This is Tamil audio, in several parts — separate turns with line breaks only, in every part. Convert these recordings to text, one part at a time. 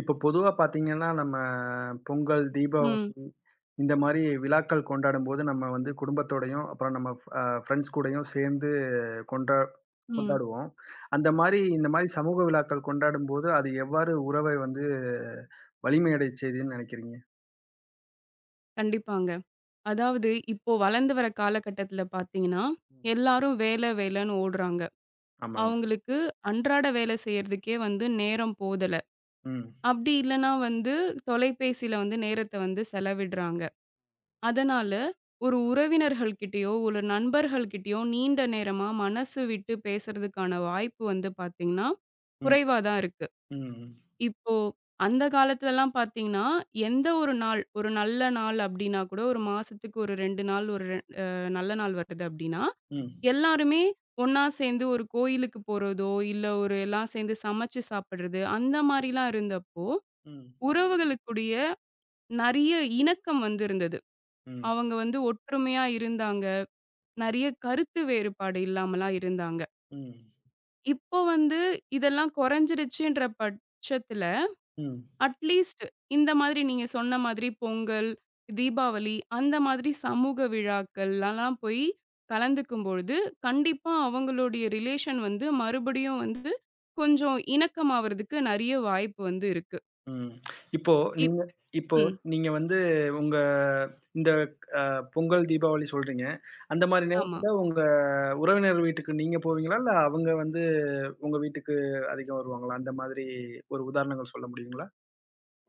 இப்ப பொதுவா பார்த்தீங்கன்னா, நம்ம பொங்கல்,
ம்,
தீபாவளி இந்த மாரி விழாக்கள் கொண்டாடும்போது, நம்ம வந்து குடும்பத்தோடயும், அப்புறம் நம்ம ஃப்ரெண்ட்ஸ் கூடயும் சேர்ந்து கொண்டா
ம்.
கொண்டாடுவோம். அந்த மாரி இந்த மாரி சமூக விழாக்கள் கொண்டாடும்போது, அது எவ்வாறு உறவை வந்து வலிமையடை செய்துன்னு நெனைக்கிறீங்க?
கண்டிப்பாங்க. அதாவது இப்போ வளர்ந்து வர காலகட்டத்தில பார்த்தீங்கன்னா,
ம்.
எல்லாரும் வேல வேலன்னு ஓடுறாங்க.
ஆமாங்க.
அவங்களுக்கு அன்றாட வேலை செய்றதுக்கே வந்து நேரம் போதல.
ம்.
அப்படி இல்லன்னா வந்து தொலைபேசியில வந்து நேரத்த வந்து செலவிடுறாங்க. அதனால ஒரு உறவினர்கள் கிட்டயோ, ஒரு நண்பர்கள் கிட்டயோ நீண்ட நேரமா மனசு விட்டு பேசுறதுக்கான வாய்ப்பு வந்து பார்த்தீங்கன்னா,
ம்.
குறைவா தான் இருக்கு.
ம்.
இப்போ அந்த காலத்துலலாம் பார்த்தீங்கன்னா, எந்த ஒரு நாள், ஒரு நல்ல நாள் அப்டின்னா கூட, ஒரு மாசத்துக்கு ஒரு 2 நாள், ஒரு ரெ நல்ல நாள் வருது அப்டின்னா,
ம்.
எல்லாருமே ஒண்ணா சேர்ந்து ஒரு கோயிலுக்கு போறதோ, இல்ல ஒரு எல்லாம் சேர்ந்து சமைச்சு சாப்பிடுறது, அந்த மாரிலாம் இருந்தப்போ,
ம். ம்.
உறவுகளுக்குடைய நெறைய இணக்கம் வந்து இருந்தது.
ம்.
அவங்க வந்து ஒற்றுமையா இருந்தாங்க. நெறைய கருத்து வேறுபாடு இல்லாமலாம் இருந்தாங்க.
ம்.
இப்போ வந்து இதெல்லாம் குறைஞ்சிருச்சுன்ற பட்சத்துல
ம்.
அட்லீஸ்ட் இந்த மாதிரி நீங்க சொன்ன மாதிரி பொங்கல், தீபாவளி அந்த மாதிரி சமூக விழாக்கள்லலாம் போய் கலந்துக்கும் பொழுது, கண்டிப்பா அவங்களுடைய ரிலேஷன் வந்து மறுபடியும் வந்து கொஞ்சம் இணக்கமாவறதுக்கு நெறைய வாய்ப்பு வந்து இருக்கு.
ம். இப்போ
இப்
நீங்க இப்போ
ம்.
நீங்க வந்து உங்க இந்த அ பொங்கல், தீபாவளி சொல்றீங்க. அந்த மாரி
ஆமா.
நேரத்துல உங்க உறவினர் வீட்டுக்கு நீங்க போவீங்களா? இல்ல அவங்க வந்து உங்க வீட்டுக்கு அதிகம் வருவாங்களா? அந்த மாதிரி ஒரு உதாரணங்கள் சொல்ல முடியுங்களா?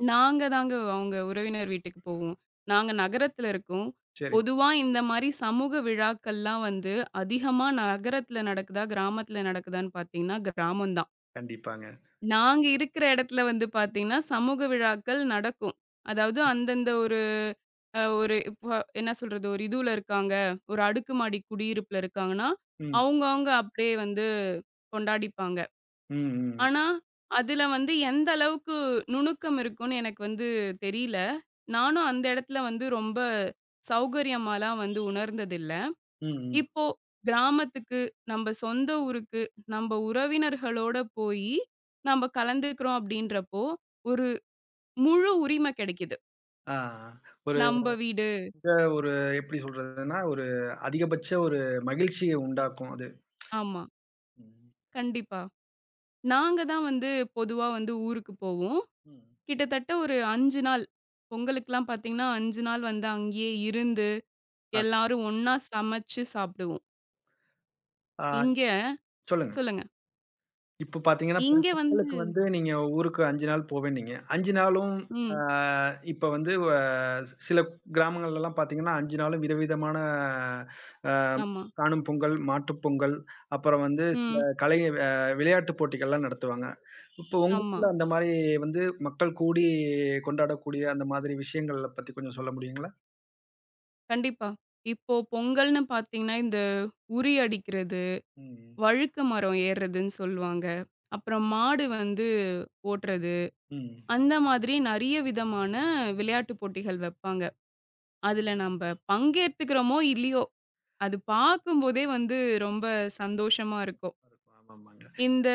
நாங்க தாங்க அவங்க உறவினர் வீட்டுக்கு போவோம். நாங்க நகரத்துல இருக்கோம்.
சரிங்க.
பொதுவா இந்த மாரி சமூக விழாக்கள்லாம் வந்து அதிகமா நகரத்துல நடக்குதா, கிராமத்துல நடக்குதான்னு பார்த்தீங்கன்னா கிராமம் தான்.
கண்டிப்பாங்க.
நாங்க இருக்கிற இடத்துல வந்து பார்த்தீங்கன்னா, சமூக விழாக்கள் நடக்கும். அதாவது அந்தந்த ஒரு ஒரு இப்ப என்ன சொல்றது? ஒரு இதுல இருக்காங்க. ஒரு அடுக்குமாடி குடியிருப்புல இருக்காங்கன்னா,
ம்.
அவங்கவங்க அப்படியே வந்து கொண்டாடிப்பாங்க.
ம், ம்.
ஆனா, அதுல வந்து எந்த அளவுக்கு நுணுக்கம் இருக்கும்னு எனக்கு வந்து தெரியல. நானும் அந்த இடத்துல வந்து ரொம்ப சௌகரியமாலாம் வந்து உணர்ந்ததில்ல.
ம், ம்.
இப்போ கிராமத்துக்கு, நம்ப சொந்த ஊருக்கு, நம்ப உறவினர்களோட போயி நம்ப கலந்துக்கிறோம் அப்படின்றப்போ, ஒரு முழு உரிமை கிடைக்குது.
ஆ. ஒரு
நம்ப வீடு
மிக ஒரு எப்படி சொல்றதுன்னா, ஒரு அதிகபட்ச ஒரு மகிழ்ச்சிய உண்டாக்கும் அது.
ஆமா.
ம்.
கண்டிப்பா. நாங்க தான் வந்து பொதுவா வந்து ஊருக்கு போவோம்.
ம்.
கிட்டத்தட்ட ஒரு 5 நாள். பொங்கலுக்குலாம் பார்த்தீங்கன்னா, 5 நாள் வந்து அங்கேயே இருந்து,
அ,
எல்லாரும் ஒண்ணா சமைச்சு சாப்பிடுவோம்.
ஆ,
இங்க
சொல்லுங்க.
சொல்லுங்க.
இப்ப பார்த்தீங்கன்னா, இப்ப
இங்க வந்து
பொங்கலுக்கு வந்து நீங்க ஊருக்கு 5 நாள் போவேன்னீங்க. 5 நாளும் அ
ம்.
இப்ப வந்து வ சில கிராமங்கள்லலாம் பார்த்தீங்கன்னா, 5 நாளும் விதவிதமான அ
ஆமா.
காணும் பொங்கல், மாட்டுப் பொங்கல், அப்புறம் வந்து சில
ம்.
கலை அ விளையாட்டு போட்டிகள்லாம் நடத்துவாங்க. இப்போ உங்க
ஆமா.
ஊர்ல அந்த மாரி வந்து மக்கள் கூடி கொண்டாடக்கூடிய அந்த மாதிரி விஷயங்கள பத்தி கொஞ்சம் சொல்ல முடியுங்களா?
கண்டிப்பா. இப்போ பொங்கல்னு பார்த்தீங்கன்னா, இந்த உறி அடிக்கிறது
ம்,
வழுக்கு மரம் ஏறுறதுன்னு சொல்லுவாங்க. அப்புறம் மாடு வந்து ஓட்டுறது.
ம்.
அந்த மாதிரி நெறைய விதமான விளையாட்டு போட்டிகள் வைப்பாங்க. அதுல நம்ப பங்கேத்துக்கிறோமோ! இல்லையோ! அது பார்க்கும்போதே வந்து ரொம்ப சந்தோஷமா இருக்கும்.
ஆமாமாங்க.
இந்த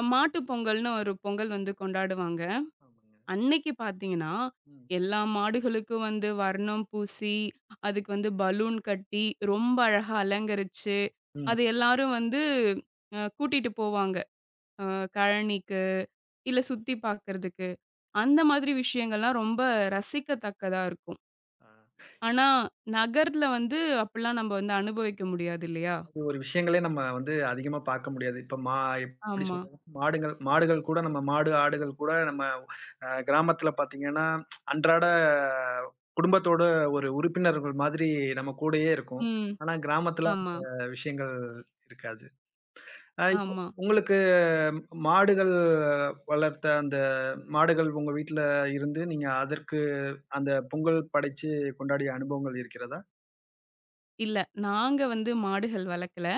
மாட்டு பொங்கல்னு ஒரு பொங்கல் வந்து கொண்டாடுவாங்க.
ஆமாங்க.
அன்னைக்கு பார்த்தீங்கன்னா,
ம்,
எல்லா மாடுகளுக்கும் வந்து வர்ணம் பூசி, அதுக்கு வந்து பலூன் கட்டி, ரொம்ப அழகா அலங்கரிச்சு,
ம்.
அது எல்லாரும் வந்து கூட்டிட்டு போவாங்க. அ கழனிக்கு, இல்ல சுத்தி பார்க்கறதுக்கு, அந்த மாதிரி விஷயங்கள்லாம் ரொம்ப ரசிக்கத்தக்கதா இருக்கும்.
ஆ.
ஆனா, நகர்ல வந்து அப்படிலாம் நம்ம வந்து அனுபவிக்க முடியாது இல்லையா?
அது ஒரு விஷயங்களே நம்ம வந்து அதிகமா பார்க்க முடியாது. இப்ப மா எப்படி
ஆமா.
சொல்றது? மாடுகள் மாடுகள் கூட நம்ம மாடு, ஆடுகள் கூட நம்ம கிராமத்துல பார்த்தீங்கன்னா, அன்றாட குடும்பத்தோட ஒரு உறுப்பினர்கள் மாதிரி நம்ம கூடயே இருக்கும்.
ம்.
ஆனா கிராமத்துல
ஆமா,
அந்த விஷயங்கள் இருக்காது. இப்போ
ஆமா.
உங்களுக்கு மாடுகள் வளர்த்த அந்த மாடுகள் உங்க வீட்ல இருந்து நீங்க அதற்கு அந்த பொங்கல் படைச்சு கொண்டாடிய அனுபவங்கள் இருக்கிறதா?
இல்ல, நாங்க வந்து மாடுகள் வளர்க்கல.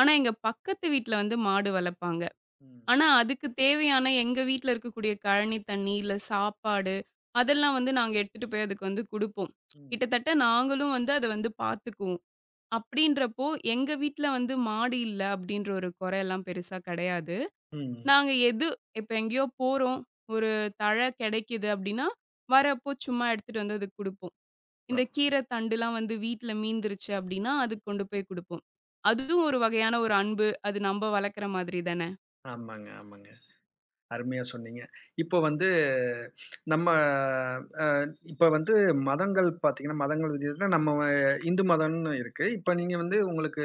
ஆனா, எங்க பக்கத்து வீட்ல வந்து மாடு வளர்ப்பாங்க.
ம்.
ஆனா, அதுக்கு தேவையான எங்க வீட்ல இருக்கக்கூடிய கழனி தண்ணி, இல்ல சாப்பாடு, அதெல்லாம் வந்து நாங்க எடுத்துட்டு போய் அதுக்கு வந்து குடுப்போம்.
ம்.
கிட்டத்தட்ட நாங்களும் வந்து அத வந்து பார்த்துக்குவோம். அப்படின்றப்போ, எங்க வீட்ல வந்து மாடி இல்ல அப்படின்ற ஒரு குறையெல்லாம் பெருசா கிடையாது.
ம்.
நாங்க எது இப்ப எங்கேயோ போறோம், ஒரு தழை கிடைக்குது அப்படின்னா, வரப்போ சும்மா எடுத்துட்டு வந்து அதுக்கு குடுப்போம். இந்த கீரை தண்டுலாம் வந்து வீட்ல மீந்துருச்சு அப்படின்னா, அதுக்கு கொண்டு போய் குடுப்போம். அதுவும் ஒரு வகையான ஒரு அன்பு. அது நம்ப வளர்க்குற மாதிரி தானே!
ஆமாங்க, ஆமாங்க. அருமையா சொன்னீங்க. இப்போ வந்து நம்ம அ இப்ப வந்து மதங்கள் பாத்தீங்கன்னா, மதங்கள் வித்தியாசத்துல நம்ம இந்து மதம்னு இருக்கு. இப்ப நீங்க வந்து உங்களுக்கு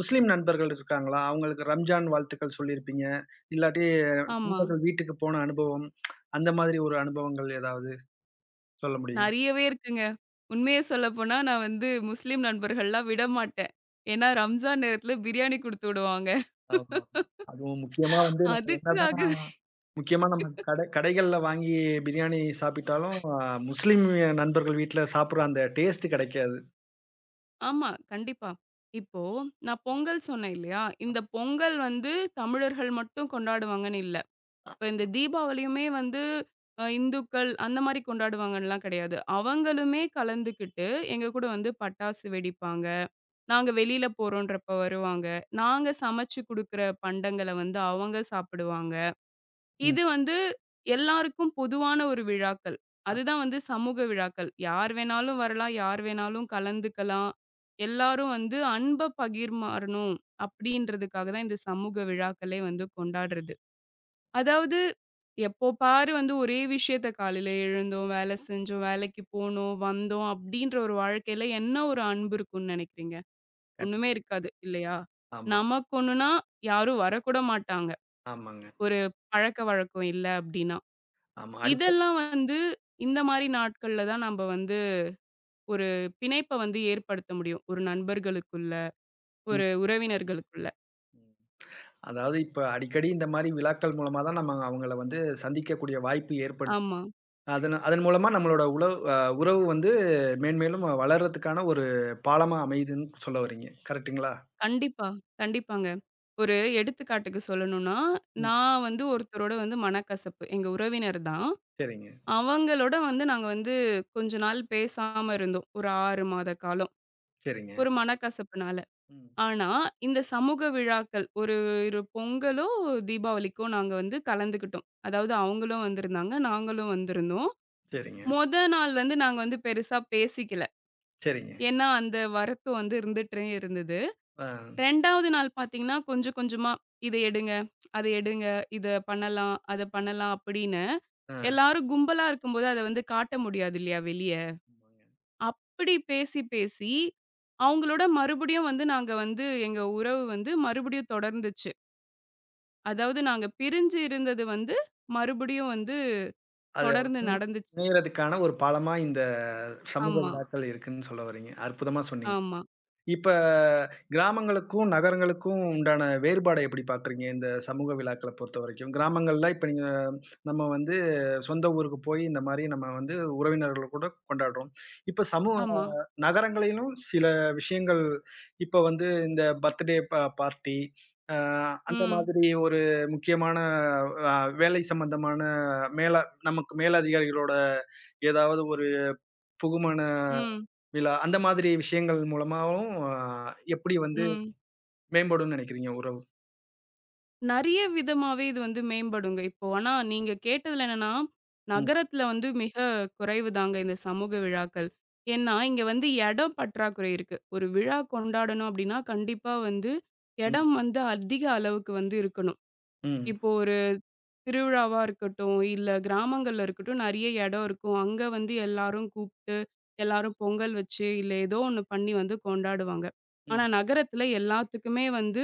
முஸ்லீம் நண்பர்கள் இருக்காங்களா? அவங்களுக்கு ரம்ஜான் வாழ்த்துக்கள் சொல்லியிருப்பீங்க. இல்லாட்டி
ஆமா.
நண்பர்கள் வீட்டுக்கு போன அனுபவம், அந்த மாதிரி ஒரு அனுபவங்கள் ஏதாவது சொல்ல முடியுமா?
நெறையவே இருக்குங்க. உண்மைய சொல்லப்போனா, நான் வந்து முஸ்லீம் நண்பர்கள்லாம் விடமாட்டேன். ஏன்னா, ரம்ஜான் நேரத்தில பிரியாணி குடுத்து விடுவாங்க.
ஆமாமா. அதுவும் முக்கியமா வந்து நம்ம என்னதான்
அதுக்காக
முக்கியமா நம்ம கடைகள்ல வாங்கி பிரியாணி சாப்பிட்டாலும், முஸ்லீம் நண்பர்கள் வீட்ல சாப்பிடுற அந்த டேஸ்ட் கிடைக்காது.
ஆமா, கண்டிப்பா. இப்போ நான் பொங்கல் சொன்னேன் இல்லையா? இந்த பொங்கல் வந்து தமிழர்கள் மட்டும் கொண்டாடுவாங்கன்னு இல்ல. இப்ப இந்த தீபாவளியுமே வந்து இந்துக்கள் அந்த மாரி கொண்டாடுவாங்கன்லாம் கிடையாது. அவங்களுமே கலந்துக்கிட்டு எங்க கூட வந்து பட்டாசு வெடிப்பாங்க. நாங்க வெளியில போறோன்றப்ப வருவாங்க. நாங்க சமைச்சு குடுக்குற பண்டங்கள வந்து அவங்க சாப்பிடுவாங்க.
ம்.
இது வந்து எல்லாருக்கும் பொதுவான ஒரு விழாக்கள். அதுதான் வந்து சமூக விழாக்கள். யார் வேணாலும் வரலாம், யார் வேணாலும் கலந்துக்கலாம். எல்லாரும் வந்து அன்ப பகிர்மாறணும் அப்படின்றதுக்காக தான் இந்த சமூக விழாக்களே வந்து கொண்டாடுறது. அதாவது எப்போ பாரு வந்து ஒரே விஷயத்த காலையில எழுந்தோம், வேலை செஞ்சோம், வேலைக்கு போனோம், வந்தோம் அப்படின்ற ஒரு வாழ்க்கையில என்ன ஒரு அன்பு இருக்கும்னு நெனைக்கிறீங்க?
கண்
ஒண்ணுமே இருக்காது இல்லையா?
ஆமா,
நமக்கு ஒண்ணுன்னா யாரும் வரக்கூட மாட்டாங்க.
ஆமாங்க.
ஒரு பழக்கவழக்கம் இல்ல அப்படின்னா.
ஆமா.
இதெல்லாம் வந்து இந்த மாரி நாட்கள்ல தான் நம்ப வந்து ஒரு பிணைப்ப வந்து ஏற்படுத்த முடியும். ஒரு நண்பர்களுக்குள்ள,
ம்.
ஒரு உறவினர்களுக்குள்ள.
ம். அதாவது இப்ப அடிக்கடி இந்த மாரி விழாக்கள் மூலமா தான் நம்ம அவங்கள வந்து சந்திக்கக்கூடிய வாய்ப்பு ஏற்படும்.
ஆமா.
அதன் அதன் மூலமா நம்மளோட உளவு அ உறவு வந்து மேன்மேலும் வளர்றதுக்கான ஒரு பாலமா அமையுதுன்னு சொல்ல வர்றீங்க. கரெக்ட்டுங்களா?
கண்டிப்பா, கண்டிப்பாங்க. ஒரு எடுத்துக்காட்டுக்கு சொல்லணும்னா,
ம்.
நான் வந்து ஒருத்தரோட வந்து மனக்கசப்பு. எங்க உறவினர் தான்.
சரிங்க,
அவங்களோட வந்து நாங்க வந்து கொஞ்ச நாள் பேசாம இருந்தோம். ஒரு 6 மாத காலம்.
சரிங்க.
ஒரு மனக்கசப்புனால.
ம்.
ஆனா, இந்த சமூக விழாக்கள் ஒரு ஒரு பொங்கலோ, தீபாவளிக்கோ நாங்க வந்து கலந்துக்கிட்டோம். அதாவது அவங்களும் வந்திருந்தாங்க. நாங்களும் வந்திருந்தோம்.
சரிங்க,
மொத நாள் வந்து நாங்க வந்து பெருசா பேசிக்கல.
சரிங்க.
ஏன்னா, அந்த வரத்தும் வந்து இருந்துட்டே இருந்தது.
ஆ,
2வது நாள் பார்த்தீங்கன்னா, கொஞ்சம் கொஞ்சமா "இத எடுங்க, அத எடுங்க, இத பண்ணலாம், அத பண்ணலாம்" அப்படின்னு
ஆ.
எல்லாரும் கும்பலா இருக்கும்போது அத வந்து காட்ட முடியாது இல்லையா வெளிய.
ஆமாங்க.
அப்படி பேசி பேசி அவங்களோட மறுபடியும் வந்து நாங்க வந்து எங்க உறவு வந்து மறுபடியும் தொடர்ந்துச்சு. அதாவது நாங்க பிரிஞ்சு இருந்தது வந்து, மறுபடியும் வந்து
அது
தொடர்ந்து நடந்துச்சு.
இணையறதுக்கான ஒரு பாலமா இந்த சமூக
ஆமா,
விழாக்கள் இருக்குன்னு சொல்ல வர்றீங்க. அற்புதமா சொன்னீங்க.
ஆமா,
இப்ப கிராமங்களுக்கும், நகரங்களுக்கும் உண்டான வேறுபாட எப்படி பார்க்குறீங்க? இந்த சமூக விழாக்கள பொறுத்தவரைக்கும். கிராமங்கள்ல இப்ப நீங்க நம்ம வந்து சொந்த ஊருக்கு போய் இந்த மாரி நம்ம வந்து உறவினர்கள் கூட கொண்டாடுறோம். இப்ப
ஆமா.
நகரங்களிலும் சில விஷயங்கள் இப்ப வந்து இந்த பர்த்டே பார்ட்டி அ அந்த
ம்,
மாதிரி ஒரு முக்கியமான அ வேலை சம்பந்தமான மேல நமக்கு மேலதிகாரிகளோட ஏதாவது ஒரு புகுமண
ம்,
விழா. அந்த மாதிரி விஷயங்கள் மூலமாவும் எப்படி வந்து
ம்.
மேம்படும்னு நினைக்கிறீங்க உறவு?
நெறைய விதமாவே இது வந்து மேம்படுங்க. இப்போ ஆனா நீங்க கேட்டதுல என்னன்னா, நகரத்துல வந்து மிக குறைவு தாங்க இந்த சமூக விழாக்கள். ஏன்னா, இங்க வந்து இடம் பற்றாக்குறை இருக்கு. ஒரு விழா கொண்டாடணும் அப்டின்னா, கண்டிப்பா வந்து
ம்,
இடம் வந்து அதிக அளவுக்கு வந்து இருக்கணும்.
ம்,
இப்போ ஒரு திருவிழாவா இருக்கட்டும், இல்ல கிராமங்கள்ல இருக்கட்டும், நெறைய இடம் இருக்கும். அங்க வந்து எல்லாரும் கூப்ட்டு, எல்லாரும் பொங்கல் வச்சு, இல்ல ஏதோ ஒண்ணு பண்ணி வந்து கொண்டாடுவாங்க. ஆனா
ம்,
நகரத்துல எல்லாத்துக்குமே வந்து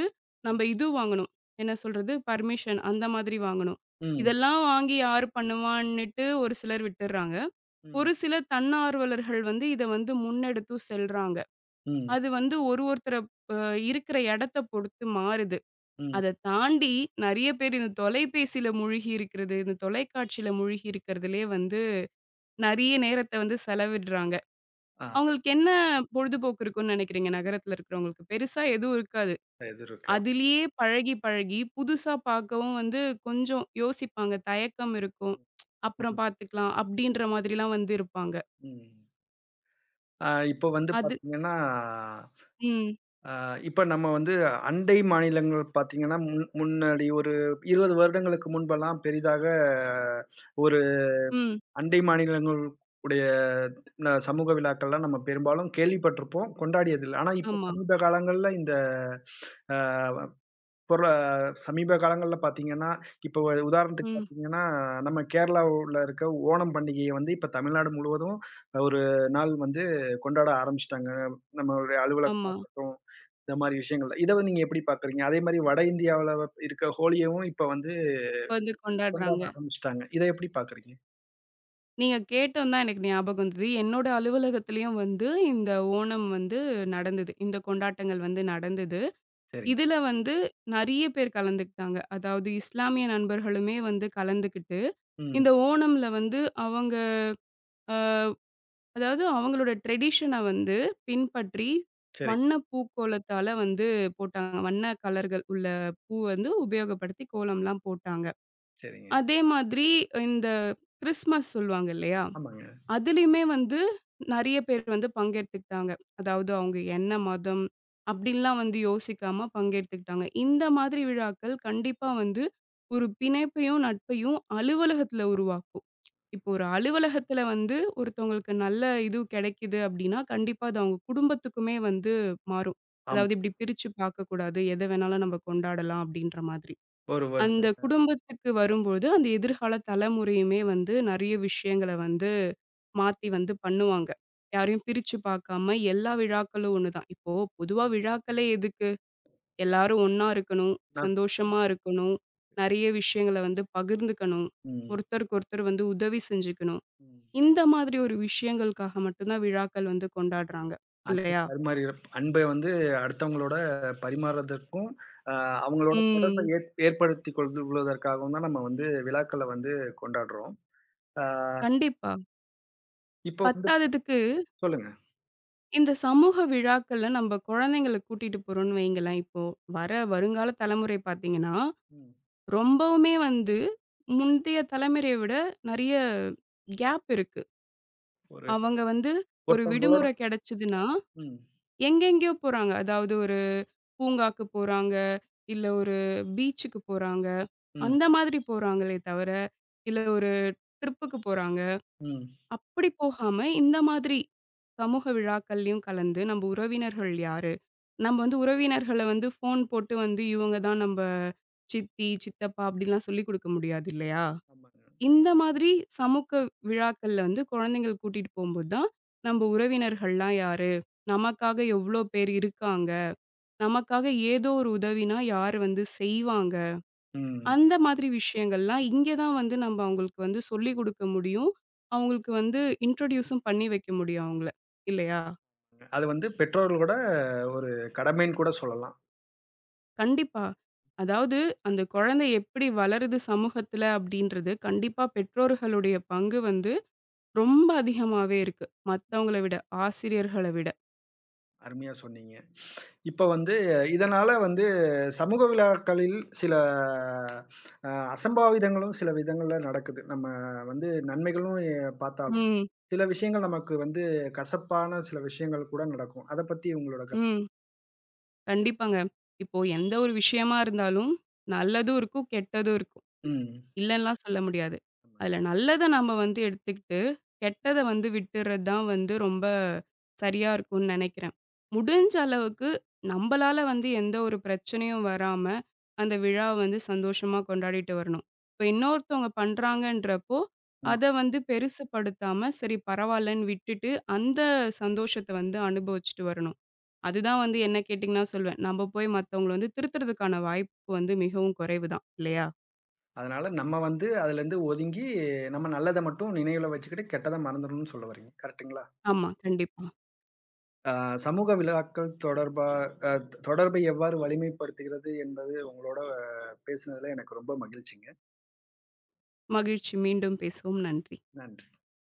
நம்ப
ம்,
இது வாங்கணும். என்ன சொல்றது? பர்மிஷன் அந்த மாதிரி வாங்கணும்.
ம்,
இதெல்லாம் வாங்கி யாரு பண்ணுவான்னுட்டு ஒரு சிலர் விட்டுர்றாங்க.
ம்,
ஒரு சில தன்னார்வலர்கள் வந்து இத வந்து முன்னெடுத்தும் செல்றாங்க.
ம்,
அது வந்து ஒரு ஒருத்தர அ இருக்கிற இடத்த பொறுத்து மாறுது.
ம்.
அத தாண்டி நெறைய பேர் இந்த தொலைபேசியில மூழ்கி இருக்கிறது, இந்த தொலைக்காட்சியில மூழ்கி இருக்கிறதுலயே வந்து நெறைய நேரத்த வந்து செலவிடுறாங்க.
ஆ,
அவங்களுக்கு என்ன பொழுதுபோக்கு இருக்கும்னு நெனைக்கிறீங்க நகரத்துல இருக்கிறவங்களுக்கு? பெருசா எதுவும் இருக்காது.
எது இருக்காது.
அதிலேயே பழகி, பழகி புதுசா பார்க்கவும் வந்து கொஞ்சம் யோசிப்பாங்க. தயக்கம் இருக்கும்.
ம்,
அப்புறம் பார்த்துக்கலாம் அப்படின்ற மாதிரிலாம் வந்து இருப்பாங்க.
ம். இப்போ வந்து
அது
பார்த்தீங்கன்னா,
ம்,
அ இப்ப நம்ம வந்து அண்டை மாநிலங்கள் பார்த்தீங்கன்னா, முன்னாடி ஒரு 20 வருடங்களுக்கு முன்பெல்லாம் பெரிதாக ஒரு
ம்.
அண்டை மாநிலங்கள் உடைய சமூக விழாக்கள்லாம் நம்ம பெரும்பாலும் கேள்விப்பட்டிருப்போம், கொண்டாடியதில்ல. ஆனா, இப்ப
ஆமா.
சமீப காலங்கள்ல இந்த அ பொருள சமீப காலங்கள்ல பார்த்தீங்கன்னா, இப்போ உதாரணத்துக்கு
ம்.
பார்த்தீங்கன்னா, நம்ம கேரளாவுல இருக்க ஓணம் பண்டிகைய வந்து இப்ப தமிழ்நாடு முழுவதும் ஒரு நாள் வந்து கொண்டாட ஆரம்பிச்சுட்டாங்க. நம்மளுடைய அலுவலகமா
ஆமா.
இருக்கட்டும், இந்த மாரி விஷயங்கள்ல. இத வந்து நீங்க எப்படி பார்க்குறீங்க? அதே மாரி வட இந்தியாவுல இருக்க ஹோலியவும் இப்ப வந்து
இப்ப வந்து
கொண்டாட
கொண்டாடுறாங்க.
ஆரம்பிச்சுட்டாங்க. இத எப்படி பார்க்குறீங்க?
நீங்க கேட்டோம் தான் எனக்கு ஞாபகம் வந்தது. என்னோட அலுவலகத்திலயும் வந்து இந்த ஓணம் வந்து நடந்தது. இந்த கொண்டாட்டங்கள் வந்து நடந்தது.
சரிங்க.
இதுல வந்து நெறைய பேர் கலந்துக்கிட்டாங்க. அதாவது இஸ்லாமிய நண்பர்களுமே வந்து கலந்துக்கிட்டு,
ம்.
இந்த ஓணம்ல வந்து அவங்க அ அதாவது அவங்களோட ட்ரெடிஷன வந்து பின்பற்றி
சரி,
வண்ண பூக்கோலத்தால வந்து போட்டாங்க. வண்ண கலர்கள் உள்ள பூ வந்து உபயோகப்படுத்தி கோலம்லாம் போட்டாங்க.
சரிங்க.
அதே மாதிரி இந்த கிறிஸ்மஸ் சொல்லுவாங்க இல்லையா?
ஆமாங்க.
அதுலயுமே வந்து நெறைய பேர் வந்து பங்கேத்துக்கிட்டாங்க. அதாவது அவங்க என்ன மதம் அப்படின்லாம் வந்து யோசிக்காம பங்கேத்துக்கிட்டாங்க. இந்த மாதிரி விழாக்கள் கண்டிப்பா வந்து ஒரு பிணைப்பையும், நட்பையும் அலுவலகத்துல உருவாக்கும். இப்போ ஒரு அலுவலகத்துல வந்து ஒருத்தவங்களுக்கு நல்ல இது கிடைக்குது அப்படின்னா, கண்டிப்பா அது அவங்க குடும்பத்துக்குமே வந்து மாறும்.
ஆமா.
அதாவது இப்படி பிரிச்சு பார்க்கக்கூடாது. எத வேணாலும் நம்ம கொண்டாடலாம் அப்படின்ற மாதிரி.
ஒரு வ
அந்த குடும்பத்துக்கு வரும்போது, அந்த எதிர்கால தலைமுறையுமே வந்து நெறைய விஷயங்கள வந்து மாத்தி வந்து பண்ணுவாங்க. யாரையும் பிரிச்சு பார்க்காம எல்லா விழாக்களும் ஒண்ணுதான். இப்போ பொதுவா விழாக்களே எதுக்கு? எல்லாரும் ஒண்ணா இருக்கணும்,
நா
சந்தோஷமா இருக்கணும், நெறைய விஷயங்கள வந்து பகிர்ந்துக்கணும்,
ம்.
ஒருத்தருக்கு ஒருத்தர் வந்து உதவி செஞ்சுக்கணும்.
ம்.
இந்த மாதிரி ஒரு விஷயங்களுக்காக மட்டும் தான் விழாக்கள் வந்து கொண்டாடுறாங்க.
அன்பு
இல்லையா?
பரிமாறி அன்பை வந்து அடுத்தவங்களோட பரிமாறுவதற்கும், அ அவங்களோட தொடர்பை
ம்.
ஏற்படுத்திக் கொள்வதற்காகவும் தான் நம்ம வந்து விழாக்கள வந்து கொண்டாடுறோம். ஆ,
கண்டிப்பா.
இப்போ வந்து
பத்தாததுக்கு
சொல்லுங்க.
இந்த சமூக விழாக்கள்ல நம்ம குழந்தைங்கள கூட்டிட்டு போறோம்னு வைங்களேன். இப்போ வர வருங்கால தலைமுறை பார்த்தீங்கன்னா,
ம்.
ரொம்பவுமே வந்து முந்தைய தலைமுறைய விட நெறைய கேப் இருக்கு.
ஒரு
அவங்க வந்து ஒரு
ஒருத்தவங்களோட
விடுமுறை கிடைச்சதுன்னா,
ம்,
எங்கெங்கேயோ போறாங்க. அதாவது ஒரு பூங்காக்கு போறாங்க, இல்ல ஒரு பீச்சுக்கு போறாங்க.
ம்,
அந்த மாதிரி போறாங்களே தவிர, இல்ல ஒரு ட்ரிப்புக்கு போறாங்க.
ம்.
அப்படி போகாம இந்த மாதிரி சமூக விழாக்கள்லயும் கலந்து நம்ம உறவினர்கள் யார் நம்ம வந்து உறவினர்கள வந்து ஃபோன் போட்டு வந்து இவங்க தான் நம்ப சித்தி, சித்தப்பா அப்படிலாம் சொல்லிக் குடுக்க முடியாது இல்லையா?
ஆமாங்க.
இந்த மாதிரி சமூக விழாக்கள்ல வந்து குழந்தைங்கள கூட்டிட்டு போம்போது தான், நம்ப உறவினர்கள்லாம் யாரு? நமக்காக எவ்ளோ பேர் இருக்காங்க? நமக்காக ஏதோ ஒரு உதவினா யாரு வந்து செய்வாங்க?
ம்.
அந்த மாதிரி விஷயங்கள்லாம் இங்க தான் வந்து நம்ப அவங்களுக்கு வந்து சொல்லிக் குடுக்க முடியும். அவங்களுக்கு வந்து இன்ட்ரோடியூஸும் பண்ணி வைக்க முடியும் அவங்கள. இல்லையா?
அது வந்து பெற்றோர்களோட ஒரு கடமைன்னு கூட சொல்லலாம்.
கண்டிப்பா. அதாவது அந்த குழந்தை எப்படி வளருது சமூகத்துல அப்படின்றது, கண்டிப்பா பெற்றோர்களுடைய பங்கு வந்து ரொம்ப அதிகமாவே இருக்கு. மத்தவங்கள விட, ஆசிரியர்கள விட.
அருமையா சொன்னீங்க. இப்ப வந்து இதனால வந்து சமூக விழாக்களில் சில அசம்பாவிதங்களும் சில விதங்கள்ல நடக்குது. நம்ம வந்து நன்மைகளும் பார்த்தாலும்,
ம்.
சில விஷயங்கள் நமக்கு வந்து கசப்பான சில விஷயங்கள் கூட நடக்கும். அத பத்தி உங்களோட
ம். கண்டிப்பாங்க. இப்போ எந்த ஒரு விஷயமா இருந்தாலும் நல்லதும் இருக்கும், கெட்டதும் இருக்கும்.
ம்.
இல்லன்லாம் சொல்ல முடியாது.
ஆமாங்க.
அதுல நல்லத நம்ம வந்து எடுத்துக்கிட்டு, கெட்டத வந்து விட்டுறது தான் வந்து ரொம்ப சரியா இருக்கும்னு நெனைக்கிறேன். முடிஞ்ச அளவுக்கு நம்பளால வந்து எந்த ஒரு பிரச்சனையும் வராம, அந்த விழாவ வந்து சந்தோஷமா கொண்டாடிட்டு வரணும். இப்ப இன்னொருத்தவங்க பண்றாங்கன்றப்போ,
ம்.
அத வந்து பெருசுபடுத்தாம, சரி பரவால்லன்னு விட்டுட்டு, அந்த சந்தோஷத்த வந்து அனுபவிச்சுட்டு வரணும். அதுதான் வந்து என்ன கேட்டீங்கன்னா சொல்வேன். நம்ம போய் மத்தவங்கள வந்து திருத்துறதுக்கான வாய்ப்பு வந்து மிகவும் குறைவு தான். இல்லையா?
அதனால நம்ம வந்து அதுலருந்து ஒதுங்கி, நம்ம நல்லத மட்டும் நினைவுல வச்சுக்கிட்டு, கெட்டத மறந்துடணும்னு சொல்ல வர்றீங்க. கரெக்ட்டுங்களா?
ஆமா, கண்டிப்பா.
ஆ, சமூக விழாக்கள் தொடர்பா அ தொடர்பை எவ்வாறு வலிமைப்படுத்துகிறது என்பது உங்களோட பேசினதுல எனக்கு ரொம்ப மகிழ்ச்சிங்க.
மகிழ்ச்சி. மீண்டும் பேசுவோம். நன்றி.
நன்றி.